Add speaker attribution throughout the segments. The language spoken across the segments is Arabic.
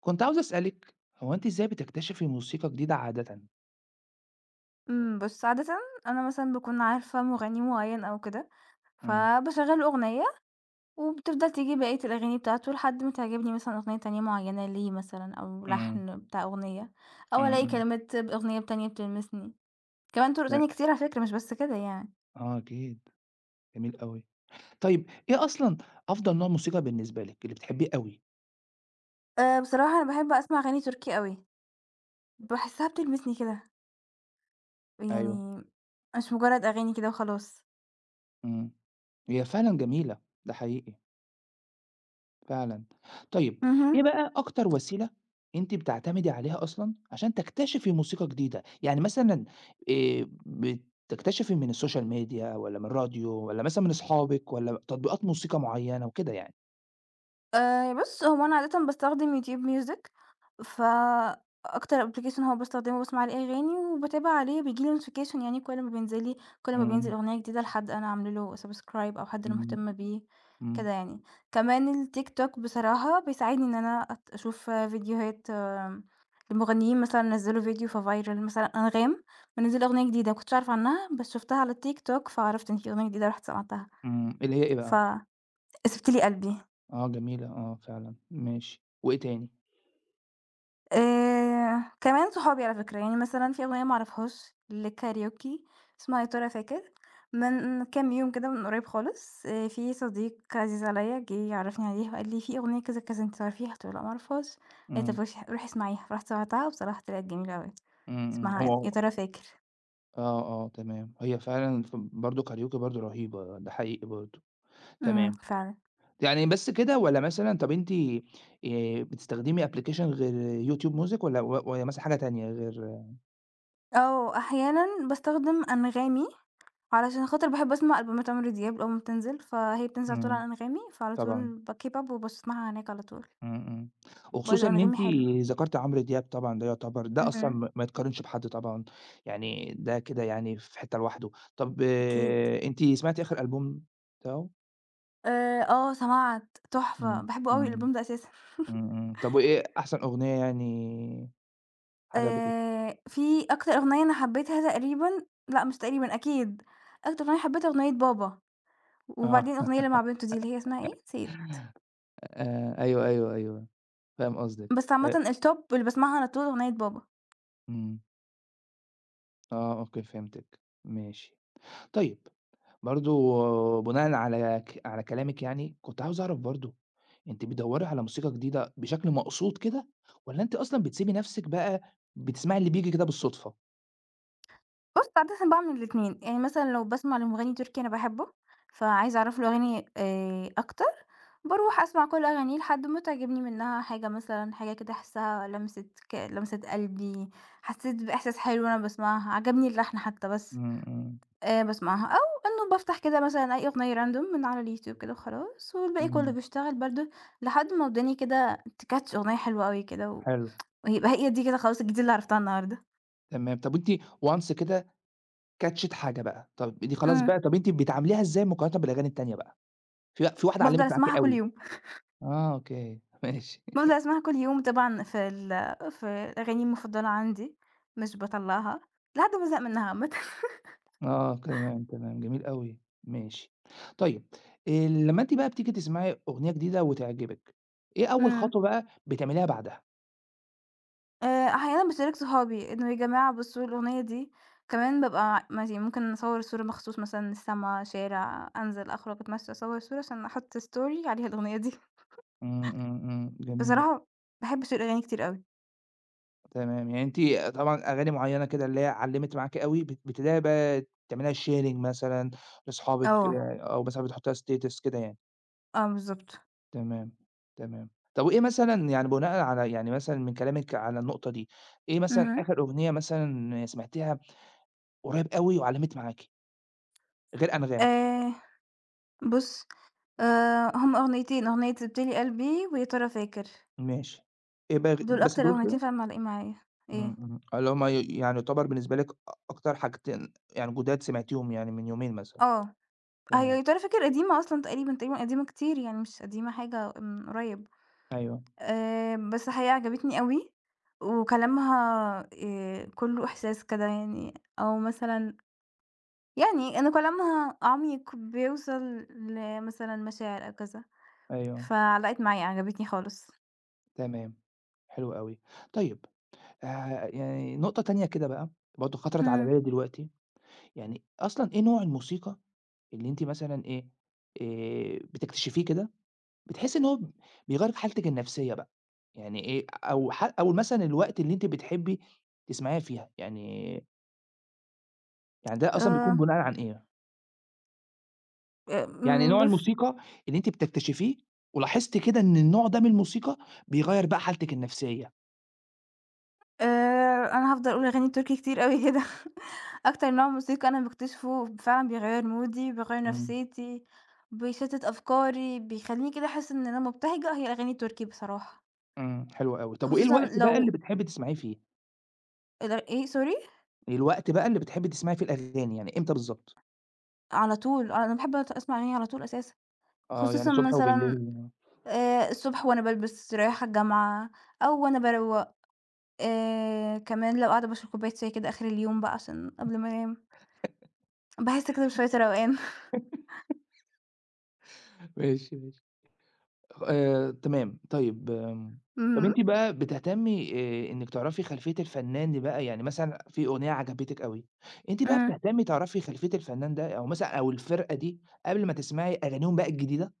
Speaker 1: كنت عاوز أسألِك، هو أنتِ إزاي بتكتشفي موسيقى جديدة عادةً؟
Speaker 2: بُص عادةً، أنا مثلًا باكون عارفة مغني معيّن أو كده،
Speaker 1: إمم،
Speaker 2: فباشغّل له أغنية وبتفضل تيجي بقية الأغاني بتاعته لحد ما تعجبني مثلًا أغنية تانية معيّنة ليه مثلًا أو
Speaker 1: إمم،
Speaker 2: لحن بتاع أغنية، أو
Speaker 1: إمم،
Speaker 2: ألاقي
Speaker 1: إمم،
Speaker 2: كلمات بأغنية تانية بتلمسني، كمان طُرق
Speaker 1: لأ،
Speaker 2: تانية كتير على فكرة مش بس كده يعني.
Speaker 1: آه أكيد، جميل أوي. طيب إيه أصلًا أفضل نوع موسيقى بالنسبة لِك، اللي بتحبيه أوي؟
Speaker 2: بصراحة أنا باحب أسمع أغاني تركي أوي، باحسّها بتلمسني كده،
Speaker 1: أيوه،
Speaker 2: يعني مش مجرّد أغاني كده وخلاص.
Speaker 1: إمم، هي فعلًا جميلة، ده حقيقي، فعلًا. طيب
Speaker 2: اهم.
Speaker 1: إيه بقى أكتر وسيلة أنتِ بتعتمدي عليها أصلًا عشان تكتشفي موسيقى جديدة؟ يعني مثلًا بتكتشفي من السوشيال ميديا والّا من الراديو والّا مثلًا من أصحابِك والّا تطبيقات موسيقى معينة وكده يعني؟
Speaker 2: بُص، هو أنا عادةً باستخدم YouTube Music، فأكتر application هو باستخدمه باسمع عليه أغاني وباتابع عليه بييجي لي notification، يعني كل ما بينزل
Speaker 1: إمم.
Speaker 2: أغنية جديدة لحد أنا عاملة له subscribe أو حد أنا
Speaker 1: إمم،
Speaker 2: مهتمة بيه
Speaker 1: إمم،
Speaker 2: كده يعني. كمان الTikTok بصراحة بيساعدني إن أنا أشوف فيديوهات لمغنيين مثلًا نزّلوا فيديو فviral، مثلًا أنغام منزّلة أغنية جديدة ما كنتش أعرف عنها، بس شُفتها على الTikTok فعرفت إن في أغنية جديدة، رُحت سمعتها،
Speaker 1: إمم، اللي هي إيه بقى؟
Speaker 2: فكسبت لي قلبي.
Speaker 1: آه جميلة، آه فعلًا، ماشي، وإيه تاني؟
Speaker 2: كمان صحابي على فكرة، يعني مثلًا في أغنية ما أعرفهاش لكاريوكي اسمها يا ترى فاكر، من كام يوم كده من قريب خالص، في صديق عزيز عليَّ جِه يعرّفني عليها وقال لي: "في أغنية كذا، كذا أنتِ تعرفيها؟" قُلت له: "لأ ما أعرفهاش." قال لي: "طب
Speaker 1: إمم،
Speaker 2: روحي اسمعيها." فرُحت سمعتها وبصراحة طلعت جميلة أوي،
Speaker 1: إمم، إمم، هو
Speaker 2: اسمها يا
Speaker 1: هو
Speaker 2: ترى فاكر.
Speaker 1: آه، آه، تمام، هي فعلًا برضه كاريوكي برضه رهيبة، ده حقيقي برضه،
Speaker 2: إمم،
Speaker 1: تمام،
Speaker 2: فعلًا.
Speaker 1: يعني بس كده والّا مثلًا طب أنتِ بتستخدمي application غير YouTube music والّا والّا مثلًا حاجة تانية غير
Speaker 2: آه، أحيانًا باستخدم أنغامي، علشان خاطر باحب أسمع ألبومات عمرو دياب أول ما بتنزل، فهي بتنزل على طول
Speaker 1: إمم،
Speaker 2: على أنغامي، فعلى
Speaker 1: طبعًا.
Speaker 2: طول باkeep up وباسمعها هناك على طول.
Speaker 1: إمم، إمم. وخصوصًا
Speaker 2: برضه
Speaker 1: إن
Speaker 2: أنغامي
Speaker 1: أنتِ
Speaker 2: حلو.
Speaker 1: ذكرتِ عمرو دياب طبعًا ده يعتبر ده أصلًا
Speaker 2: اهم.
Speaker 1: ما يتقارنش بحد طبعًا، يعني ده كده يعني في حتّة لوحده. طب
Speaker 2: أكيد.
Speaker 1: أنتِ سمعتِ آخر ألبوم بتاعه؟
Speaker 2: آه سمعت، تحفة،
Speaker 1: إمم،
Speaker 2: باحبه أوي
Speaker 1: إمم،
Speaker 2: الألبوم ده أساسًا.
Speaker 1: إمم، إمم. طب وإيه أحسن أغنية يعني عجبتِك؟
Speaker 2: في أكتر أغنية أنا حبيتها تقريبًا، لأ مش تقريبًا أكيد، أكتر أغنية حبيتها أغنية بابا، وبعدين
Speaker 1: آه،
Speaker 2: الأغنية اللي مع بنته دي اللي هي اسمها إيه؟ نسيت.
Speaker 1: أيوه، أيوه، أيوه، فاهم قصدك.
Speaker 2: بس عامةً الtop اللي باسمعها على طول أغنية بابا.
Speaker 1: إمم، آه، أوكي فهمتِك، ماشي. طيب برضه بناءً على على كلامِك يعني، كنت عاوز أعرف برضه، أنتِ بتدوّري على موسيقى جديدة بشكل مقصود كده، والّا أنتِ أصلًا بتسيبي نفسِك بقى بتسمعي اللي بييجي كده بالصدفة؟
Speaker 2: بُص، عادةً باعمل الاتنين، يعني مثلًا لو باسمع لمغني تركي أنا باحبه، فعايزة أعرف له أغاني أكتر، باروح أسمع كل أغانيه لحد ما تعجبني منها حاجة، مثلًا حاجة كده أحسها لمست قلبي، حسيت بإحساس حلو وأنا باسمعها، عجبني اللحن حتى، بس
Speaker 1: إمم، إمم،
Speaker 2: باسمعها، أو إنه بافتح كده مثلًا أي أغنية random من على اليوتيوب كده وخلاص، والباقي كله
Speaker 1: إمم،
Speaker 2: بيشتغل برضه لحد ما وداني كده تcatch أغنية حلوة أوي كده،
Speaker 1: حلو.
Speaker 2: ويبقى هي دي كده خلاص الجديد اللي عرفتها النهارده.
Speaker 1: تمام، طب وأنتِ once كده كاتشِت حاجة بقى، طب دي خلاص
Speaker 2: إمم،
Speaker 1: بقى، طب أنتِ بتعامليها إزاي مقارنةً بالأغاني التانية بقى؟ في واحدة
Speaker 2: بافضل
Speaker 1: علّمِت معاكِ
Speaker 2: أسمعها كل
Speaker 1: أوي؟
Speaker 2: يوم.
Speaker 1: آه، أوكي، ماشي.
Speaker 2: بافضل أسمعها كل يوم طبعًا، في الأغاني المفضلة عندي، مش باطلّعها لحد ما أزهق منها عامةً.
Speaker 1: آه، تمام، تمام، جميل أوي، ماشي. طيب لمّا أنتِ بقى بتيجي تسمعي أغنية جديدة وتعجبِك، إيه أول
Speaker 2: إمم.
Speaker 1: خطوة بقى بتعمليها بعدها؟
Speaker 2: أحيانًا باشارك صحابي إنه يا جماعة بصوا الأغنية دي، كمان بابقى مثلًا ممكن أصوّر صورة مخصوص، مثلًا السما، شارع، أنزل أخرج أتمشى أصوّر صورة عشان أحُط story عليها الأغنية دي.
Speaker 1: إمم، إمم، إمم، جميل،
Speaker 2: بصراحة باحب أشير أغاني كتير أوي.
Speaker 1: تمام. يعني أنتِ طبعًا أغاني معيّنة كده اللي هي علّمِت معاكِ أوي بتبدئي بقى تعمليها sharing مثلًا لأصحابِك آه.
Speaker 2: آه،
Speaker 1: أو مثلًا بتحطيها status كده يعني،
Speaker 2: آه بالضبط.
Speaker 1: تمام، تمام. طب وإيه مثلًا يعني بناءً على يعني مثلًا من كلامِك على النقطة دي، إيه مثلًا
Speaker 2: اهم.
Speaker 1: آخر أغنية مثلًا سمعتيها قريب أوي وعلّمِت معاكِ غير أنغام؟
Speaker 2: آآ بُص، هم أغنيتين، أغنية سِبت لي قلبي ويا ترى فاكر.
Speaker 1: ماشي. إيه بقى
Speaker 2: دول
Speaker 1: بس
Speaker 2: أكتر
Speaker 1: دول
Speaker 2: أغنيتين
Speaker 1: كده؟
Speaker 2: فعلًا معلقين معايا. إيه
Speaker 1: إمم، إمم. اللي هم يعني يعتبر بالنسبة لِك أكتر حاجتين يعني جُداد سمعتيهم يعني من يومين مثلًا.
Speaker 2: آه، هي
Speaker 1: تمام.
Speaker 2: يا ترى فاكر قديمة أصلًا تقريبًا، تقريبًا قديمة كتير يعني مش قديمة حاجة من قريب،
Speaker 1: أيوه،
Speaker 2: بس هي عجبتني أوي وكلامها، كلّه إحساس كده يعني، أو مثلًا يعني إن كلامها عميق بيوصل لمثلًا مشاعر أو كذا،
Speaker 1: أيوه.
Speaker 2: فعلقت معايا، عجبتني خالص.
Speaker 1: تمام. حلو أوي. طيب يعني نقطة تانية كده بقى برضه خطرت على
Speaker 2: إمم،
Speaker 1: بالي دلوقتي، يعني أصلًا إيه نوع الموسيقى اللي أنتِ مثلًا إيه، بتكتشفيه كده بتحسّي إن هو بيغيّر في حالتِك النفسية بقى؟ يعني إيه أو أو مثلًا الوقت اللي أنتِ بتحبّي تسمعيها فيها، يعني يعني ده أصلًا
Speaker 2: آآ،
Speaker 1: بيكون بناءً عن إيه؟ يعني نوع
Speaker 2: بُص،
Speaker 1: الموسيقى اللي أنتِ بتكتشفيه ولاحظتِ كده إن النوع ده من الموسيقى بيغيّر بقى حالتِك النفسية.
Speaker 2: آآ أنا هافضل أقول أغاني تركي كتير أوي كده، أكتر نوع موسيقى أنا باكتشفه فعلًا بيغيّر مودي، بيغيّر
Speaker 1: إمم.
Speaker 2: نفسيتي، بيشتت أفكاري، بيخلّيني كده أحس إن أنا مبتهجة، هي الأغاني التركي بصراحة.
Speaker 1: إمم، حلو أوي. طب وإيه
Speaker 2: خصوصًا
Speaker 1: الوقت بقى اللي
Speaker 2: لو
Speaker 1: بتحبّي تسمعيه فيه؟
Speaker 2: ال إيه sorry
Speaker 1: الوقت بقى اللي بتحبّي تسمعي فيه الأغاني، يعني إمتى بالضبط؟
Speaker 2: على طول، أنا باحب أسمع أغاني على طول أساسًا،
Speaker 1: آه، يعني
Speaker 2: خصوصًا
Speaker 1: الصبح
Speaker 2: مثلًا
Speaker 1: وبالليل.
Speaker 2: الصبح وأنا بالبس رايحة الجامعة أو وأنا باروّق، كمان لو قاعدة باشرب كوباية شاي كده آخر اليوم بقى عشان قبل ما أنام، باحس كده بشوية روقان.
Speaker 1: ماشي، ماشي. تمام، طيب آمم، طَب
Speaker 2: اهم،
Speaker 1: أنتِ بقى بتهتمي إنِّك تعرفي خلفية الفنان دي بقى، يعني مثلًا في أغنية عجبتِك أوي، أنتِ بقى
Speaker 2: إمم.
Speaker 1: بتهتمي تعرفي خلفية الفنان ده أو مثلًا أو الفرقة دي قبل ما تسمعي أغانيهم بقى الجديدة؟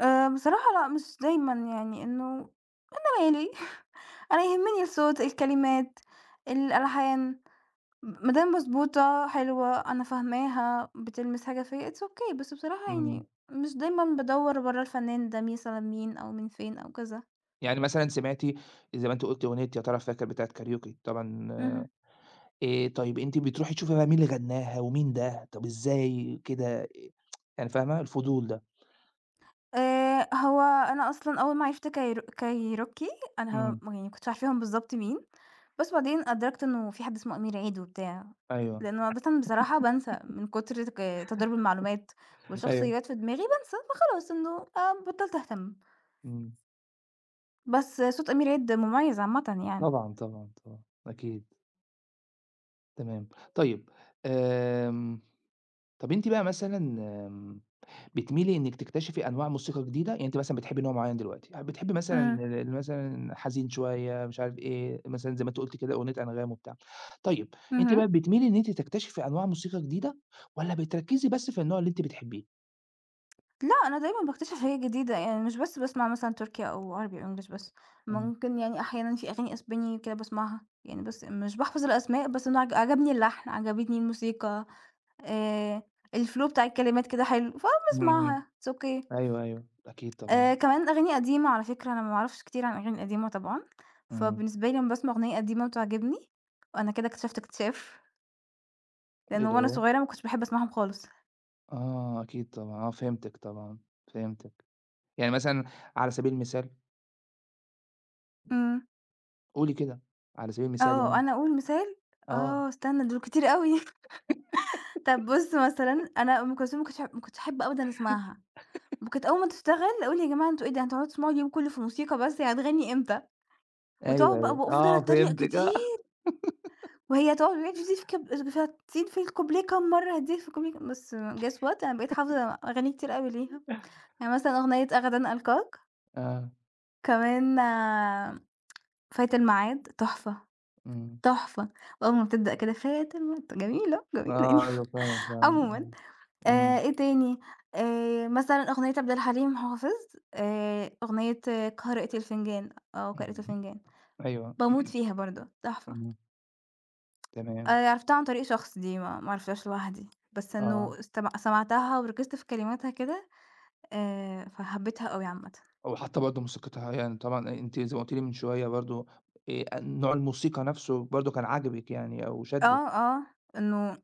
Speaker 2: بصراحة لأ، مش دايمًا، يعني إنه أنا مالي، أنا يهمني الصوت، الكلمات، الألحان، ما دام مضبوطة، حلوة، أنا فاهماها، بتلمس حاجة فيّا، it's okay، بس بصراحة
Speaker 1: إمم،
Speaker 2: يعني مش دايمًا بادوّر ورا الفنان ده مثلًا مين أو من فين أو كذا.
Speaker 1: يعني مثلًا سمعتِ زي ما أنتِ قُلتِ أغنية يا ترى فاكر بتاعة كاريوكي طبعًا
Speaker 2: اهم.
Speaker 1: طيب أنتِ بتروحي تشوفي بقى مين اللي غناها ومين ده، طَب إزاي كده إيه، يعني فاهمة، الفضول ده.
Speaker 2: هو أنا أصلًا أول ما عرفت كايرو كايروكي، أنا
Speaker 1: إمم،
Speaker 2: م يعني ما كنتش عارفاهم بالضبط مين، بس بعدين أدركت إنه في حد اسمه أمير عيد وبتاع،
Speaker 1: أيوه،
Speaker 2: لإنه عادةً بصراحة بانسى، من كتر تضارب المعلومات
Speaker 1: أيوه،
Speaker 2: والشخصيات في دماغي بانسى، فخلاص إنه بطلت أهتم،
Speaker 1: إمم،
Speaker 2: بس صوت أمير عيد مميز عامةً يعني.
Speaker 1: طبعًا، طبعًا، طبعًا، أكيد. تمام. طيب، آمم، طَب أنتِ بقى مثلًا آمم، بتميلي إنِّك تكتشفي أنواع موسيقى جديدة؟ يعني أنتِ مثلًا بتحبّي نوع معيّن دلوقتي، بتحبّي مثلًا
Speaker 2: إمم،
Speaker 1: ال مثلًا حزين شوية، مش عارف إيه، مثلًا زي ما أنتِ قُلتِ كده أغنية أنغام وبتاع. طيب، أنتِ بقى
Speaker 2: اهم.
Speaker 1: بتميلي إن أنتِ تكتشفي أنواع موسيقى جديدة والّا بتركّزي بس في النوع اللي أنتِ بتحبّيه؟
Speaker 2: لأ، أنا دايمًا باكتشف حاجات جديدة، يعني مش بس باسمع مثلًا تركي أو عربي أو إنجلش بس،
Speaker 1: إمم.
Speaker 2: ممكن يعني أحيانًا في أغاني أسباني كده باسمعها، يعني بس مش باحفظ الأسماء، بس أنا عجبني اللحن، عجبتني الموسيقى، آآ الflow بتاع الكلمات كده حلو،
Speaker 1: إمم، إمم.
Speaker 2: فباسمعها it's okay.
Speaker 1: أيوه، أيوه. أكيد طبعًا.
Speaker 2: كمان أغاني قديمة على فكرة، أنا ما اعرفش كتير عن الأغاني القديمة طبعًا،
Speaker 1: إمم.
Speaker 2: فبالنسبة لي لمّا باسمع أغنية قديمة وتعجبني، أنا كده اكتشفت اكتشاف، لإن
Speaker 1: اللي
Speaker 2: وأنا
Speaker 1: هو
Speaker 2: صغيرة ما كنتش باحب أسمعهم خالص.
Speaker 1: آه، أكيد طبعًا. آه، فهمتِك طبعًا، فهمتِك. يعني مثلًا على سبيل المثال
Speaker 2: إمم.
Speaker 1: قولي كده على سبيل المثال
Speaker 2: آه،
Speaker 1: يعني.
Speaker 2: أنا أقول مثال؟
Speaker 1: آه،
Speaker 2: آه، استنى دول كتير أوي. طب بُص مثلًا، أنا أم كلثوم ما كنتش أحب أبدًا أسمعها، وكانت أول ما تشتغل أقول: يا جماعة أنتم إيه ده، هتقعدوا تسمعوا اليوم كله في موسيقى بس، هي هتغني إمتى؟ وتقعد
Speaker 1: أيوه،
Speaker 2: بقى
Speaker 1: أيوه،
Speaker 2: وأفضل
Speaker 1: آه
Speaker 2: أتريق
Speaker 1: فهمتِك آه.
Speaker 2: كتير، وهي تقعد تقول تزيد في هتزيد في الكوبليه كام مرة، هتزيد في الكوبليه كام- بس guess what أنا بقيت حافظة أغاني كتير أوي ليها، يعني مثلًا أغنية أغدا ألقاك،
Speaker 1: آه،
Speaker 2: كمان فات الميعاد تحفة،
Speaker 1: إمم،
Speaker 2: تحفة، وأول ما بتبدأ كده فات الم جميلة، جميلة يعني،
Speaker 1: آه، أيوه فعلًا، فعلًا،
Speaker 2: عمومًا.
Speaker 1: إمم، إمم،
Speaker 2: إيه تاني، مثلًا أغنية عبد الحليم حافظ، أغنية قارئة الفنجان، قارئة
Speaker 1: إمم،
Speaker 2: الفنجان،
Speaker 1: أيوه،
Speaker 2: باموت فيها برضه تحفة.
Speaker 1: إمم، تمام،
Speaker 2: عرفتها عن طريق شخص دي، ما عرفتهاش لوحدي، بس
Speaker 1: آه،
Speaker 2: إنه سمعتها وركزت في كلماتها كده، فحبيتها أوي عامةً.
Speaker 1: وحتى برضه موسيقتها يعني طبعًا أنتِ زي ما قلتِ لي من شوية برضه نوع الموسيقى نفسه برضه كان عاجبِك يعني أو شدِّك،
Speaker 2: آه، آه، إنه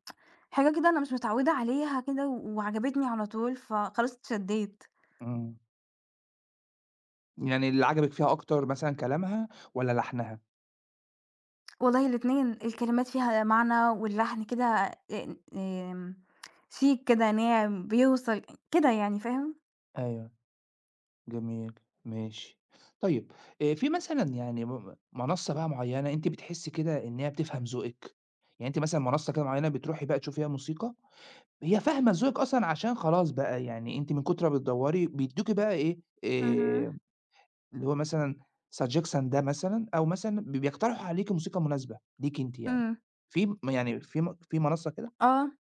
Speaker 2: حاجة كده أنا مش متعودة عليها كده وعجبتني على طول، فخلاص اتشدّيت.
Speaker 1: إمم، يعني اللي عجبِك فيها أكتر مثلًا كلامها والّا لحنها؟
Speaker 2: والله الاتنين، الكلمات فيها معنى واللحن كده، آمم، شيك كده، ناعم، بيوصل كده يعني، فاهم؟
Speaker 1: أيوه. جميل، ماشي. طيب في مثلًا يعني منصة بقى معيّنة أنتِ بتحسّي كده إن هي بتفهم ذوقِك؟ يعني أنتِ مثلًا منصة كده معيّنة بتروحي بقى تشوفيها موسيقى، هي فاهمة ذوقِك أصلًا عشان خلاص بقى يعني أنتِ من كتر ما بتدوّري بيدّوكِ بقى إيه،
Speaker 2: اهم،
Speaker 1: آآ اللي هو مثلًا suggestion ده مثلًا أو مثلًا بيقترحوا عليكِ موسيقى مناسبة ليكِ أنتِ يعني.
Speaker 2: إمم.
Speaker 1: في منصة كده؟
Speaker 2: آه.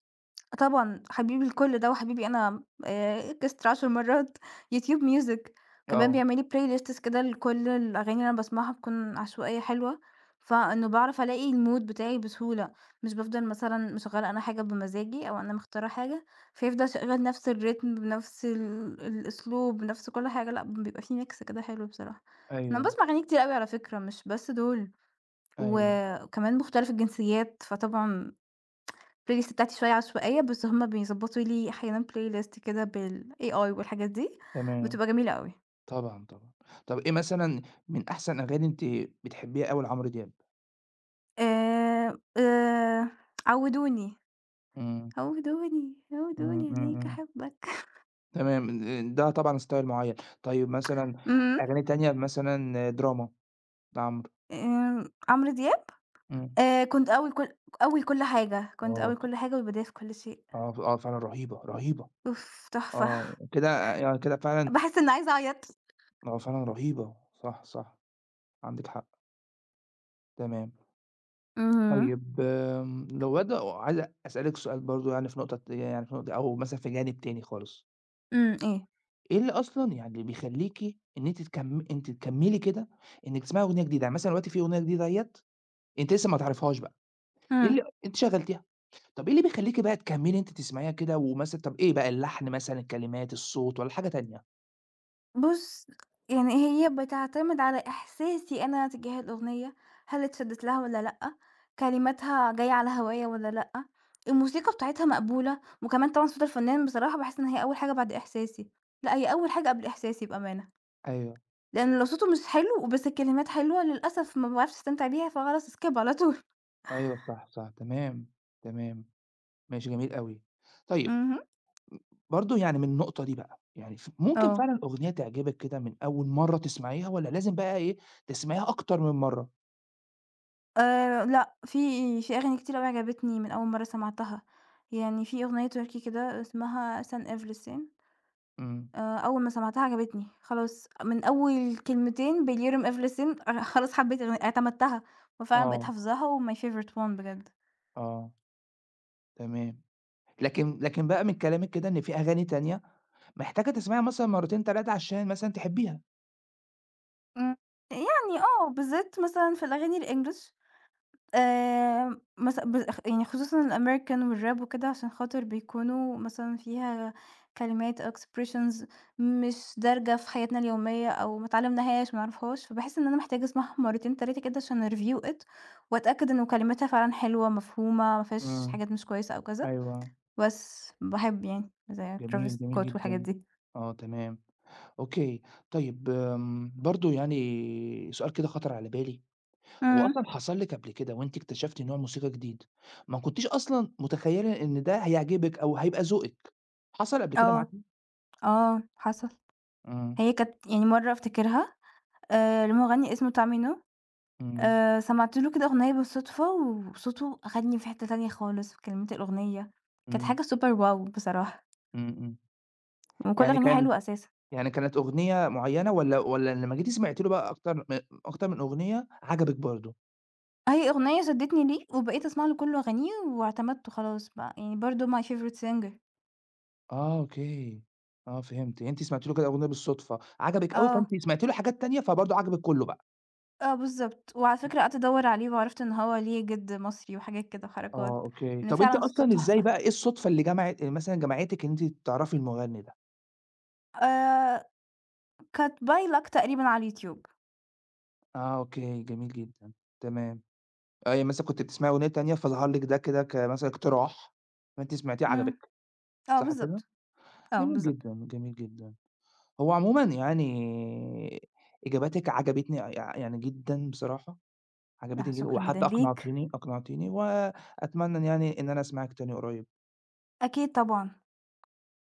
Speaker 2: طبعًا، حبيبي الكل ده وحبيبي أنا كسْر 10 مرّات، يوتيوب music كمان
Speaker 1: آه،
Speaker 2: بيعمل لي playlists كده لكل الأغاني اللي أنا باسمعها، بتكون عشوائية حلوة، فإنه باعرف ألاقي الmood بتاعي بسهولة، مش بافضل مثلًا مشغّلة أنا حاجة بمزاجي أو أنا مختارة حاجة، فيفضل شغّال نفْس الريتم بنفْس الأسلوب بنفْس كل حاجة، لأ بيبقى في mix كده حلو بصراحة. أنا
Speaker 1: أيوه،
Speaker 2: باسمع أغاني كتير أوي على فكرة، مش بس دول،
Speaker 1: أيوه،
Speaker 2: وكمان مختلف الجنسيات، فطبعًا الplaylist بتاعتي شوية عشوائية، بس هُم بيضبطوا لي أحيانًا playlist كده بالAI والحاجات دي،
Speaker 1: تمام.
Speaker 2: بتبقى جميلة أوي.
Speaker 1: طبعًا، طبعًا. طَب إيه مثلًا من أحسن أغاني أنتِ بتحبيها أوي لعمرو دياب؟
Speaker 2: آآ، آآ، عوّدوني،
Speaker 1: إمم.
Speaker 2: عوّدوني،
Speaker 1: إمم،
Speaker 2: عوّدوني
Speaker 1: إمم،
Speaker 2: عينيك
Speaker 1: إمم.
Speaker 2: أحبك.
Speaker 1: تمام. ال ده طبعًا style معيّن. طيب مثلًا
Speaker 2: إمم،
Speaker 1: أغاني تانية مثلًا دراما لعمرو.
Speaker 2: آمم، عمرو دياب،
Speaker 1: إمم.
Speaker 2: كنت أوي كل أوي كل حاجة، كنت
Speaker 1: آه،
Speaker 2: أوي كل حاجة والبداية في كل شيء،
Speaker 1: آه، آه فعلًا رهيبة، رهيبة.
Speaker 2: أوف تحفة.
Speaker 1: آه. كده يعني كده فعلًا
Speaker 2: باحس إني عايزة أعيط.
Speaker 1: آه، فعلًا رهيبة. صح، صح. عندِك حق. تمام.
Speaker 2: اهم،
Speaker 1: طيب آمم لو بدأ وعايز أسألِك سؤال برضه يعني في نقطة يعني في نقطة أو مثلًا في جانب تاني خالص.
Speaker 2: إمم، إيه؟
Speaker 1: إيه اللي أصلًا يعني اللي بيخلّيكِ إن أنتِ تكمّلي كده إنِّك تسمعي أغنية جديدة، يعني مثلًا دلوقتي في أغنية جديدة أهيّة أنتِ لسه ما تعرفيهاش بقى، إيه
Speaker 2: إمم.
Speaker 1: اللي أنتِ شغّلتيها، طَب إيه اللي بيخلّيكِ بقى تكمّلي أنتِ تسمعيها كده ومثلًا طَب إيه بقى اللحن مثلًا، الكلمات، الصوت والّا حاجة تانية؟
Speaker 2: بُص، يعني هي بتعتمد على إحساسي أنا تجاه الأغنية، هل اتشدّت لها والّا لأ، كلماتها جاية على هوايا والّا لأ، الموسيقى بتاعتها مقبولة، وكمان طبعًا صوت الفنان بصراحة باحس إن هي أول حاجة بعد إحساسي، لأ هي أول حاجة قبل إحساسي بأمانة،
Speaker 1: أيوه،
Speaker 2: لإن لو صوته مش حلو بس الكلمات حلوة للأسف ما باعرفش أستمتع بيها فخلاص skip على طول.
Speaker 1: أيوه صح، صح، تمام، تمام، ماشي جميل أوي. طيب
Speaker 2: اهم.
Speaker 1: برضه يعني من النقطة دي بقى، يعني ممكن
Speaker 2: آه.
Speaker 1: فعلًا أغنية تعجبِك كده من أول مرّة تسمعيها والّا لازم بقى إيه، تسمعيها أكتر من مرّة؟
Speaker 2: لأ، في أغاني كتير أوي عجبتني من أول مرّة سمعتها، يعني في أغنية تركي كده اسمها Sen Evlisin،
Speaker 1: إمم،
Speaker 2: أول ما سمعتها عجبتني، خلاص من أول كلمتين بيليرم إفلسين، أنا خلاص حبيت اعتمدتها، وفعلًا بقيت
Speaker 1: آه،
Speaker 2: حافظاها وmy favorite one بجد.
Speaker 1: آه، تمام. لكن بقى من كلامِك كده إن في أغاني تانية محتاجة تسمعيها مثلًا مرتين، 3 عشان مثلًا تحبيها.
Speaker 2: إمم. يعني آه، بالذات مثلًا في الأغاني الEnglish، مث ب يعني خصوصًا الAmerican والRap وكده، عشان خاطر بيكونوا مثلًا فيها كلمات أو expressions مش دارجة في حياتنا اليومية أو ما اتعلمناهاش، ما نعرفهاش، فباحس إن أنا محتاجة أسمعها مرتين، 3 كده عشان أreview it، وأتأكد إنه كلماتها فعلًا حلوة، مفهومة، ما فيهاش
Speaker 1: إمم،
Speaker 2: حاجات مش كويسة أو كذا،
Speaker 1: أيوه.
Speaker 2: بس باحب يعني زي Travis
Speaker 1: جميل، جميل
Speaker 2: Scott والحاجات
Speaker 1: جدًا.
Speaker 2: دي.
Speaker 1: آه تمام، أوكي. طيب آمم، برضه يعني سؤال كده خطر على بالي، هو
Speaker 2: إمم.
Speaker 1: أصلًا حصل لِك قبل كده وأنتِ اكتشفتِ نوع موسيقى جديد ما كنتيش أصلًا متخيلة إن ده هيعجبِك أو هيبقى ذوقِك، حصل قبل كده
Speaker 2: آه،
Speaker 1: معاكِ؟
Speaker 2: آه، حصل.
Speaker 1: إمم،
Speaker 2: هي كانت يعني مرة أفتكرها، لمغني اسمه Tamino،
Speaker 1: إمم،
Speaker 2: سمعت له كده أغنية بالصدفة، وصوته أخدني في حتّة تانية خالص في كلمات الأغنية، كانت
Speaker 1: إمم،
Speaker 2: حاجة super wow بصراحة،
Speaker 1: إمم، إمم.
Speaker 2: وكل
Speaker 1: يعني
Speaker 2: أغانيه
Speaker 1: كان
Speaker 2: حلوة أساسًا.
Speaker 1: يعني كانت أغنية معيّنة والّا والّا لمّا جيتِ سمعتِ له بقى أكتر من أغنية عجبِك برضه؟
Speaker 2: أي أغنية شدّتني ليه وبقيت أسمع له كل أغانيه واعتمدته خلاص بقى، يعني برضه my favorite singer.
Speaker 1: آه أوكي، آه فهمت، يعني أنتِ سمعتِ له كده أغنية بالصدفة، عجبِك أوي
Speaker 2: آه،
Speaker 1: فأنتِ سمعتِ له حاجات تانية فبرضه عجبِك كلّه بقى.
Speaker 2: آه بالضبط. وعلى فكرة قعدت أدوّر عليه وعرفت إن هو ليه جِد مصري وحاجات كده
Speaker 1: آه
Speaker 2: وحركات،
Speaker 1: أوكي،
Speaker 2: لإن
Speaker 1: طَب أنتِ
Speaker 2: فعلًا صوته
Speaker 1: أصلًا إزاي
Speaker 2: تحفة.
Speaker 1: بقى إيه الصدفة اللي جمعِت مثلًا جمعتِك إن أنتِ تعرفي المغني ده؟
Speaker 2: آآ كانت by luck تقريبًا على اليوتيوب.
Speaker 1: آه أوكي، جميل جدًا، تمام، آه يعني مثلًا كنتِ بتسمعي أغنية تانية فظَهر لِك ده كده كمثلًا اقتراح، فأنتِ سمعتيه
Speaker 2: إمم،
Speaker 1: عجبِك،
Speaker 2: آه
Speaker 1: صح كده؟
Speaker 2: بالضبط، آه
Speaker 1: جميل
Speaker 2: بالضبط.
Speaker 1: جدًا، جميل جدًا. هو عمومًا يعني إجاباتِك عجبتني يعني جدًا بصراحة،
Speaker 2: آه،
Speaker 1: عجبتني جدًا
Speaker 2: شكرًا جدًا
Speaker 1: وحتى
Speaker 2: ليك.
Speaker 1: أقنعتيني، أقنعتيني وأتمنى إن يعني إن أنا أسمعِك تاني قريب.
Speaker 2: أكيد طبعًا.